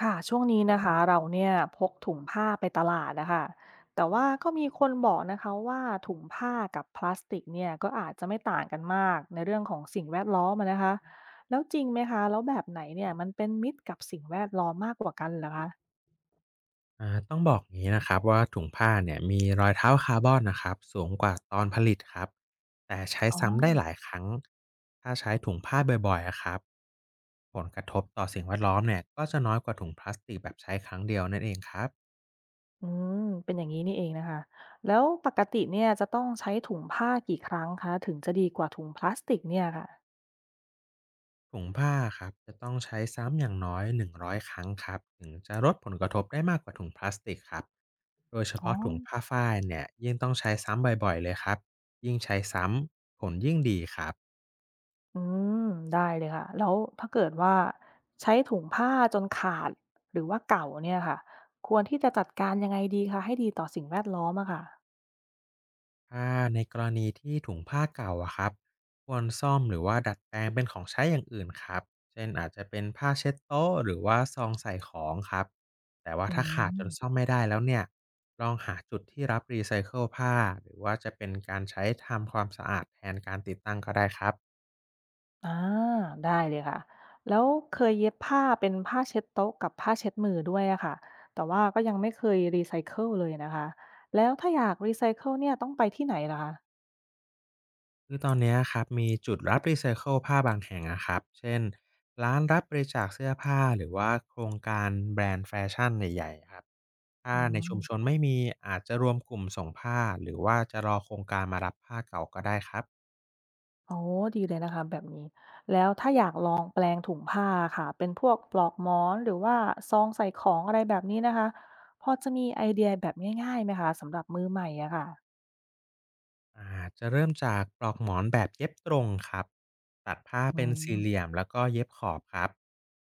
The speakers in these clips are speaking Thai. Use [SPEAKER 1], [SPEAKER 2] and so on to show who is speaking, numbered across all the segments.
[SPEAKER 1] ค่ะช่วงนี้นะคะเราเนี่ยพกถุงผ้าไปตลาดนะคะแต่ว่าก็มีคนบอกนะคะว่าถุงผ้ากับพลาสติกเนี่ยก็อาจจะไม่ต่างกันมากในเรื่องของสิ่งแวดล้อมอะนะคะแล้วจริงไหมคะแล้วแบบไหนเนี่ยมันเป็นมิตรกับสิ่งแวดล้อมมากกว่ากันเหรอคะ
[SPEAKER 2] ต้องบอกงี้นะครับว่าถุงผ้าเนี่ยมีรอยเท้าคาร์บอนนะครับสูงกว่าตอนผลิตครับแต่ใช้
[SPEAKER 1] อ๋อ
[SPEAKER 2] ซ้ำได้หลายครั้งถ้าใช้ถุงผ้าบ่อยๆอะครับผลกระทบต่อสิ่งแวดล้อมเนี่ยก็จะน้อยกว่าถุงพลาสติกแบบใช้ครั้งเดียวนั่นเองครับ
[SPEAKER 1] อืมเป็นอย่างนี้นี่เองนะคะแล้วปกติเนี่ยจะต้องใช้ถุงผ้ากี่ครั้งคะถึงจะดีกว่าถุงพลาสติกเนี่ยค่ะ
[SPEAKER 2] ถุงผ้าครับจะต้องใช้ซ้ำอย่างน้อย100ครั้งครับถึงจะลดผลกระทบได้มากกว่าถุงพลาสติกครับโดยเฉ
[SPEAKER 1] อ๋อ
[SPEAKER 2] พาะถุงผ้าฝ้ายเนี่ยยิ่งต้องใช้ซ้ำบ่อยๆเลยครับยิ่งใช้ซ้ำผลยิ่งดีครับ
[SPEAKER 1] อืมได้เลยค่ะแล้วถ้าเกิดว่าใช้ถุงผ้าจนขาดหรือว่าเก่าเนี่ยค่ะควรที่จะจัดการยังไงดีคะให้ดีต่อสิ่งแวดล้อมอะค่ะ
[SPEAKER 2] ถ้าในกรณีที่ถุงผ้าเก่าอะครับควรซ่อมหรือว่าดัดแปลงเป็นของใช้อย่างอื่นครับเช่นอาจจะเป็นผ้าเช็ดโต๊ะหรือว่าซองใส่ของครับแต่ว่า
[SPEAKER 1] อื
[SPEAKER 2] ถ้าขาดจนซ่อ
[SPEAKER 1] ม
[SPEAKER 2] มไม่ได้แล้วเนี่ยลองหาจุดที่รับรีไซเคิลผ้าหรือว่าจะเป็นการใช้ทำความสะอาดแทนการติดตั้งก็ได้ครับ
[SPEAKER 1] อาได้เลยค่ะแล้วเคยเย็บผ้าเป็นผ้าเช็ดโต๊ะกับผ้าเช็ดมือด้วยอะค่ะแต่ว่าก็ยังไม่เคยรีไซเคิลเลยนะคะแล้วถ้าอยากรีไซเคิลเนี่ยต้องไปที่ไหนละคะ
[SPEAKER 2] คือตอนเนี้ยครับมีจุดรับรีไซเคิลผ้าบางแห่งอะครับเช่นร้านรับบริจาคเสื้อผ้าหรือว่าโครงการแบรนด์แฟชั่นใหญ่ๆครับถ้า
[SPEAKER 1] อื
[SPEAKER 2] ในชุมชน
[SPEAKER 1] ม
[SPEAKER 2] ไม่มีอาจจะรวมกลุ่มส่งผ้าหรือว่าจะรอโครงการมารับผ้าเก่าก็ได้ครับ
[SPEAKER 1] อ๋อดีเลยนะคะแบบนี้แล้วถ้าอยากลองแปลงถุงผ้าค่ะเป็นพวกปลอกหมอนหรือว่าซองใส่ของอะไรแบบนี้นะคะพอจะมีไอเดียแบบง่ายๆไหมคะสำหรับมือใหม่อะค่ะ
[SPEAKER 2] อ่าจะเริ่มจากปลอกหมอนแบบเย็บตรงครับตัดผ้า
[SPEAKER 1] อื
[SPEAKER 2] เป็นสี่เห
[SPEAKER 1] ม
[SPEAKER 2] ลี่ยมแล้วก็เย็บขอบครับ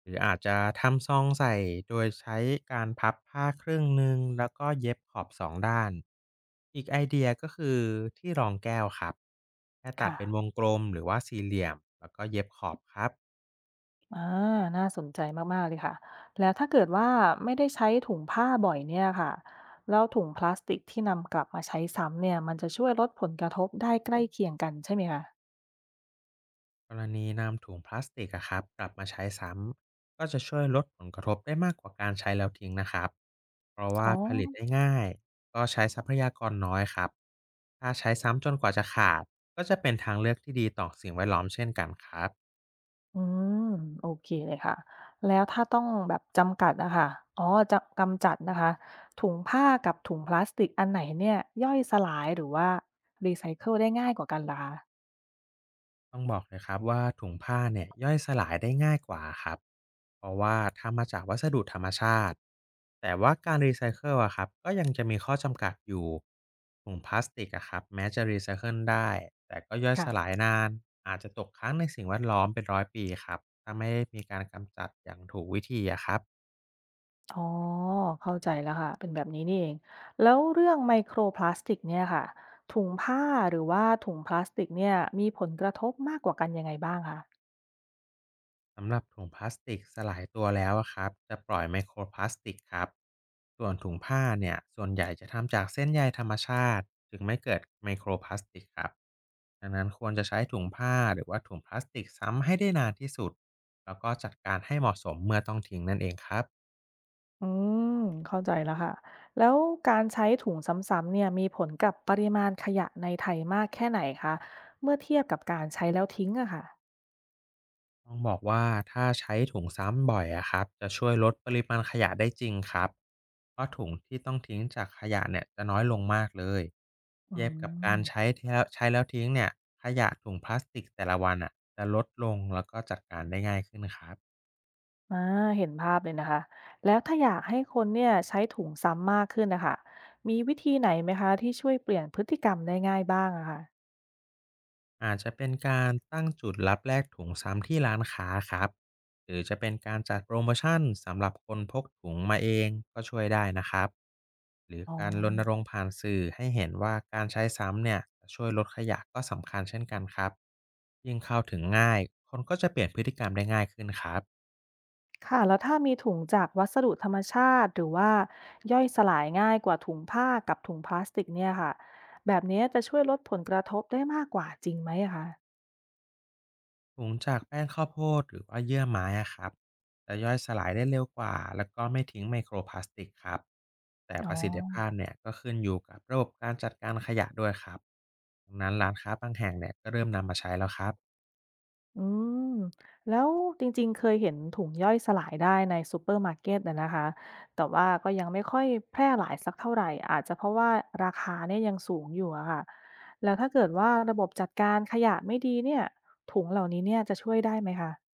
[SPEAKER 2] หรืออาจจะทำซองใส่โดยใช้การพับผ้าครึ่งหนึ่งแล้วก็เย็บขอบสองด้านอีกไอเดียก็คือที่รองแก้วครับแค่ตัด
[SPEAKER 1] ค่ะ
[SPEAKER 2] เป็นวงกลมหรือว่าสี่เหลี่ยมแล้วก็เย็บขอบครับ
[SPEAKER 1] อ่าน่าสนใจมากๆเลยค่ะแล้วถ้าเกิดว่าไม่ได้ใช้ถุงผ้าบ่อยเนี่ยค่ะแล้วถุงพลาสติกที่นำกลับมาใช้ซ้ำเนี่ยมันจะช่วยลดผลกระทบได้ใกล้เคียงกันใช่ไหมคะ
[SPEAKER 2] กรณีนำถุงพลาสติกอะครับกลับมาใช้ซ้ำก็จะช่วยลดผลกระทบได้มากกว่าการใช้แล้วทิ้งนะครับเพราะ
[SPEAKER 1] อ๋อ
[SPEAKER 2] ว่าผลิตได้ง่ายก็ใช้ทรัพยากรน้อยครับถ้าใช้ซ้ำจนกว่าจะขาดก็จะเป็นทางเลือกที่ดีต่อสิ่งแวดล้อมเช่นกันครับ
[SPEAKER 1] อืมโอเคเลยค่ะแล้วถ้าต้องแบบจำกัดนะค่ะอ๋อจะกำจัดนะคะถุงผ้ากับถุงพลาสติกอันไหนเนี่ยย่อยสลายหรือว่ารีไซเคิลได้ง่ายกว่ากันล่ะคะ
[SPEAKER 2] ต้องบอกเลยครับว่าถุงผ้าเนี่ยย่อยสลายได้ง่ายกว่าครับเพราะว่าทำมาจากวัสดุธรรมชาติแต่ว่าการรีไซเคิลอะครับก็ยังจะมีข้อจำกัดอยู่ถุงพลาสติกอะครับแม้จะรีไซเคิลได้แต่ก็ย่อยสลา
[SPEAKER 1] ค่ะ
[SPEAKER 2] ยนานอาจจะตกค้างในสิ่งแวดล้อมเป็นร้อยปีครับถ้าไม่ได้มีการกำจัดอย่างถูกวิธีอะครับ
[SPEAKER 1] อ๋อเข้าใจแล้วค่ะเป็นแบบนี้นี่เองแล้วเรื่องไมโครพลาสติกเนี่ยค่ะถุงผ้าหรือว่าถุงพลาสติกเนี่ยมีผลกระทบมากกว่ากันยังไงบ้างคะ
[SPEAKER 2] สำหรับถุงพลาสติกสลายตัวแล้วอะครับจะปล่อยไมโครพลาสติกครับส่วนถุงผ้าเนี่ยส่วนใหญ่จะทำจากเส้นใยธรรมชาติจึงไม่เกิดไมโครพลาสติกครับดังนั้นควรจะใช้ถุงผ้าหรือว่าถุงพลาสติกซ้ำให้ได้นานที่สุดแล้วก็จัดการให้เหมาะสมเมื่อต้องทิ้งนั่นเองครับ
[SPEAKER 1] อืมเข้าใจแล้วค่ะแล้วการใช้ถุงซ้ำๆเนี่ยมีผลกับปริมาณขยะในไทยมากแค่ไหนคะเมื่อเทียบกับการใช้แล้วทิ้งอะค่ะ
[SPEAKER 2] ต้องบอกว่าถ้าใช้ถุงซ้ำบ่อยอะครับจะช่วยลดปริมาณขยะได้จริงครับเพราะถุงที่ต้องทิ้งจากขยะเนี่ยจะน้อยลงมากเลย
[SPEAKER 1] อื
[SPEAKER 2] เทียบกับกา
[SPEAKER 1] ม
[SPEAKER 2] รใช้ที่แล้วใช้แล้วทิ้งเนี่ยขยะถุงพลาสติกแต่ละวันอะจะลดลงแล้วก็จัดการได้ง่ายขึ้นครับ
[SPEAKER 1] อ่าเห็นภาพเลยนะคะแล้วถ้าอยากให้คนเนี่ยใช้ถุงซ้ำมากขึ้นนะคะมีวิธีไหนไหมคะที่ช่วยเปลี่ยนพฤติกรรมได้ง่ายบ้างอะค่ะ
[SPEAKER 2] อาจจะเป็นการตั้งจุดรับแลกถุงซ้ำที่ร้านค้าครับ หรือจะเป็นการจัดโปรโมชั่นสำหรับคนพกถุงมาเองก็ช่วยได้นะครับ หรือ
[SPEAKER 1] อ๋อ
[SPEAKER 2] การรณรงค์ผ่านสื่อให้เห็นว่าการใช้ซ้ำเนี่ยจะช่วยลดขยะก็สำคัญเช่นกันครับยิ่งเข้าถึงง่าย คนก็จะเปลี่ยนพฤติกรรมได้ง่ายขึ้นครับ
[SPEAKER 1] ค่ะแล้วถ้ามีถุงจากวัสดุธรรมชาติหรือว่าย่อยสลายง่ายกว่าถุงผ้ากับถุงพลาสติกเนี่ยค่ะแบบนี้จะช่วยลดผลกระทบได้มากกว่าจริงไหมอะคะ
[SPEAKER 2] หุงจากแป้งข้าวโพดหรือว่าเยื่อไม้อะครับจะย่อยสลายได้เร็วกว่าแล้วก็ไม่ทิ้งไมโครพลาสติกครับแต่
[SPEAKER 1] อ๋อ
[SPEAKER 2] ประสิทธิภาพเนี่ยก็ขึ้นอยู่กับระบบการจัดการขยะด้วยครับดังนั้นร้านค้าบางแห่งเนี่ยก็เริ่มนำมาใช้แล้วครับ
[SPEAKER 1] อืมแล้วจริงๆเคยเห็นถุงย่อยสลายได้ในซูเปอร์มาร์เก็ตนะนะคะแต่ว่าก็ยังไม่ค่อยแพร่หลายสักเท่าไหร่อาจจะเพราะว่าราคาเนี่ยยังสูงอยู่อะค่ะแล้วถ้าเกิดว่าระบบจัดการขยะไม่ดีเนี่ยถุงเหล่านี้เนี่ยจะช่วยได้ไหมคะ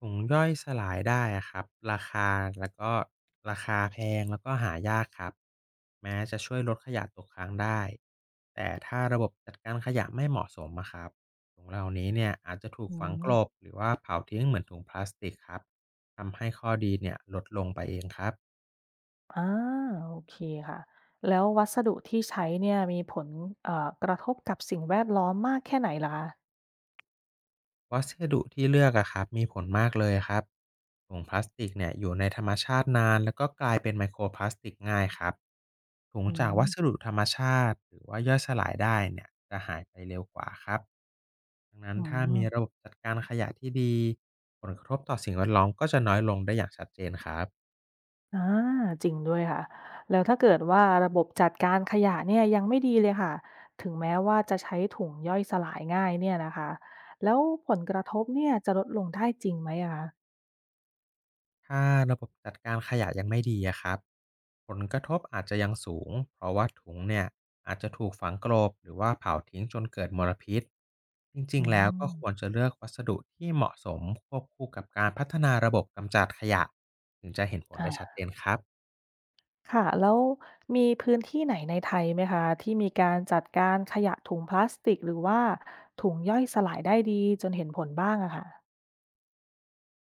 [SPEAKER 2] ถุงย่อยสลายได้อะครับราคาแล้วก็ราคาแพงแล้วก็หายากครับแม้จะช่วยลดขยะตกค้างได้แต่ถ้าระบบจัดการขยะไม่เหมาะสมอะครับถุงเหล่านี้เนี่ยอาจจะถูก
[SPEAKER 1] อื
[SPEAKER 2] ฝัง
[SPEAKER 1] ม
[SPEAKER 2] กลบหรือว่าเผาทิ้งเหมือนถุงพลาสติกครับทำให้ข้อดีเนี่ยลดลงไปเองครับ
[SPEAKER 1] อาโอเคค่ะแล้ววัสดุที่ใช้เนี่ยมีผลกระทบกับสิ่งแวดล้อมมากแค่ไหนเหรอคะ
[SPEAKER 2] วัสดุที่เลือกอะครับมีผลมากเลยครับถุงพลาสติกเนี่ยอยู่ในธรรมชาตินานแล้วก็กลายเป็นไมโครพลาสติกง่ายครับถุง
[SPEAKER 1] อื
[SPEAKER 2] จาก
[SPEAKER 1] ม
[SPEAKER 2] วัสดุธรรมชาติหรือว่าย่อยสลายได้เนี่ยจะหายไปเร็วกว่าครับดังนั้
[SPEAKER 1] อื
[SPEAKER 2] นถ้ามี
[SPEAKER 1] ม
[SPEAKER 2] ระบบจัดการขยะที่ดีผลกระทบต่อสิ่งแวดล้อมก็จะน้อยลงได้อย่างชัดเจนครับ
[SPEAKER 1] อาจริงด้วยค่ะแล้วถ้าเกิดว่าระบบจัดการขยะเนี่ยยังไม่ดีเลยค่ะถึงแม้ว่าจะใช้ถุงย่อยสลายง่ายเนี่ยนะคะแล้วผลกระทบเนี่ยจะลดลงได้จริงไหมอะคะ
[SPEAKER 2] ถ้าระบบจัดการขยะยังไม่ดีอะครับผลกระทบอาจจะยังสูงเพราะว่าถุงเนี่ยอาจจะถูกฝังกลบหรือว่าเผาทิ้งจนเกิดมลพิษจริ
[SPEAKER 1] อื
[SPEAKER 2] งๆแล้วก็
[SPEAKER 1] ม
[SPEAKER 2] ควรจะเลือกวัสดุที่เหมาะสมควบคู่กับการพัฒนาระบบกำจัดขยะถึงจะเห็นผล
[SPEAKER 1] อา
[SPEAKER 2] ได้ชัดเจนครับ
[SPEAKER 1] ค่ะแล้วมีพื้นที่ไหนในไทยไหมคะที่มีการจัดการขยะถุงพลาสติกหรือว่าถุงย่อยสลายได้ดีจนเห็นผลบ้างอะค่ะ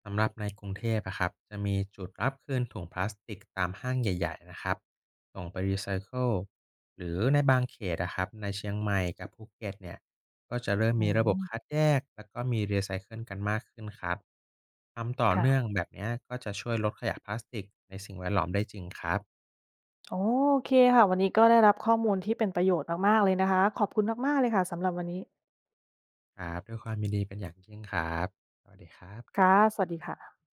[SPEAKER 2] สำหรับในกรุงเทพอะครับจะมีจุดรับคืนถุงพลาสติกตามห้างใหญ่ๆนะครับส่งไปรีไซเคิลหรือในบางเขตนะครับในเชียงใหม่กับภูเก็ตเนี่ยก็จะเริ่ม
[SPEAKER 1] อื
[SPEAKER 2] มีระบบคัด
[SPEAKER 1] ม
[SPEAKER 2] แยกแล้วก็มีรีไซเคิลกันมากขึ้นครับทำต่อ
[SPEAKER 1] ค่ะ
[SPEAKER 2] เนื่องแบบเนี้ยก็จะช่วยลดขยะพลาสติกในสิ่งแวดล้อมได้จริงครับ
[SPEAKER 1] โอเคค่ะวันนี้ก็ได้รับข้อมูลที่เป็นประโยชน์มากๆเลยนะคะขอบคุณมากๆเลยค่ะสำหรับวันนี้
[SPEAKER 2] ครับด้วยความยินดีเป็นอย่างยิ่งครับสวัสดีครับ
[SPEAKER 1] ค่ะสวัสดีค่ะ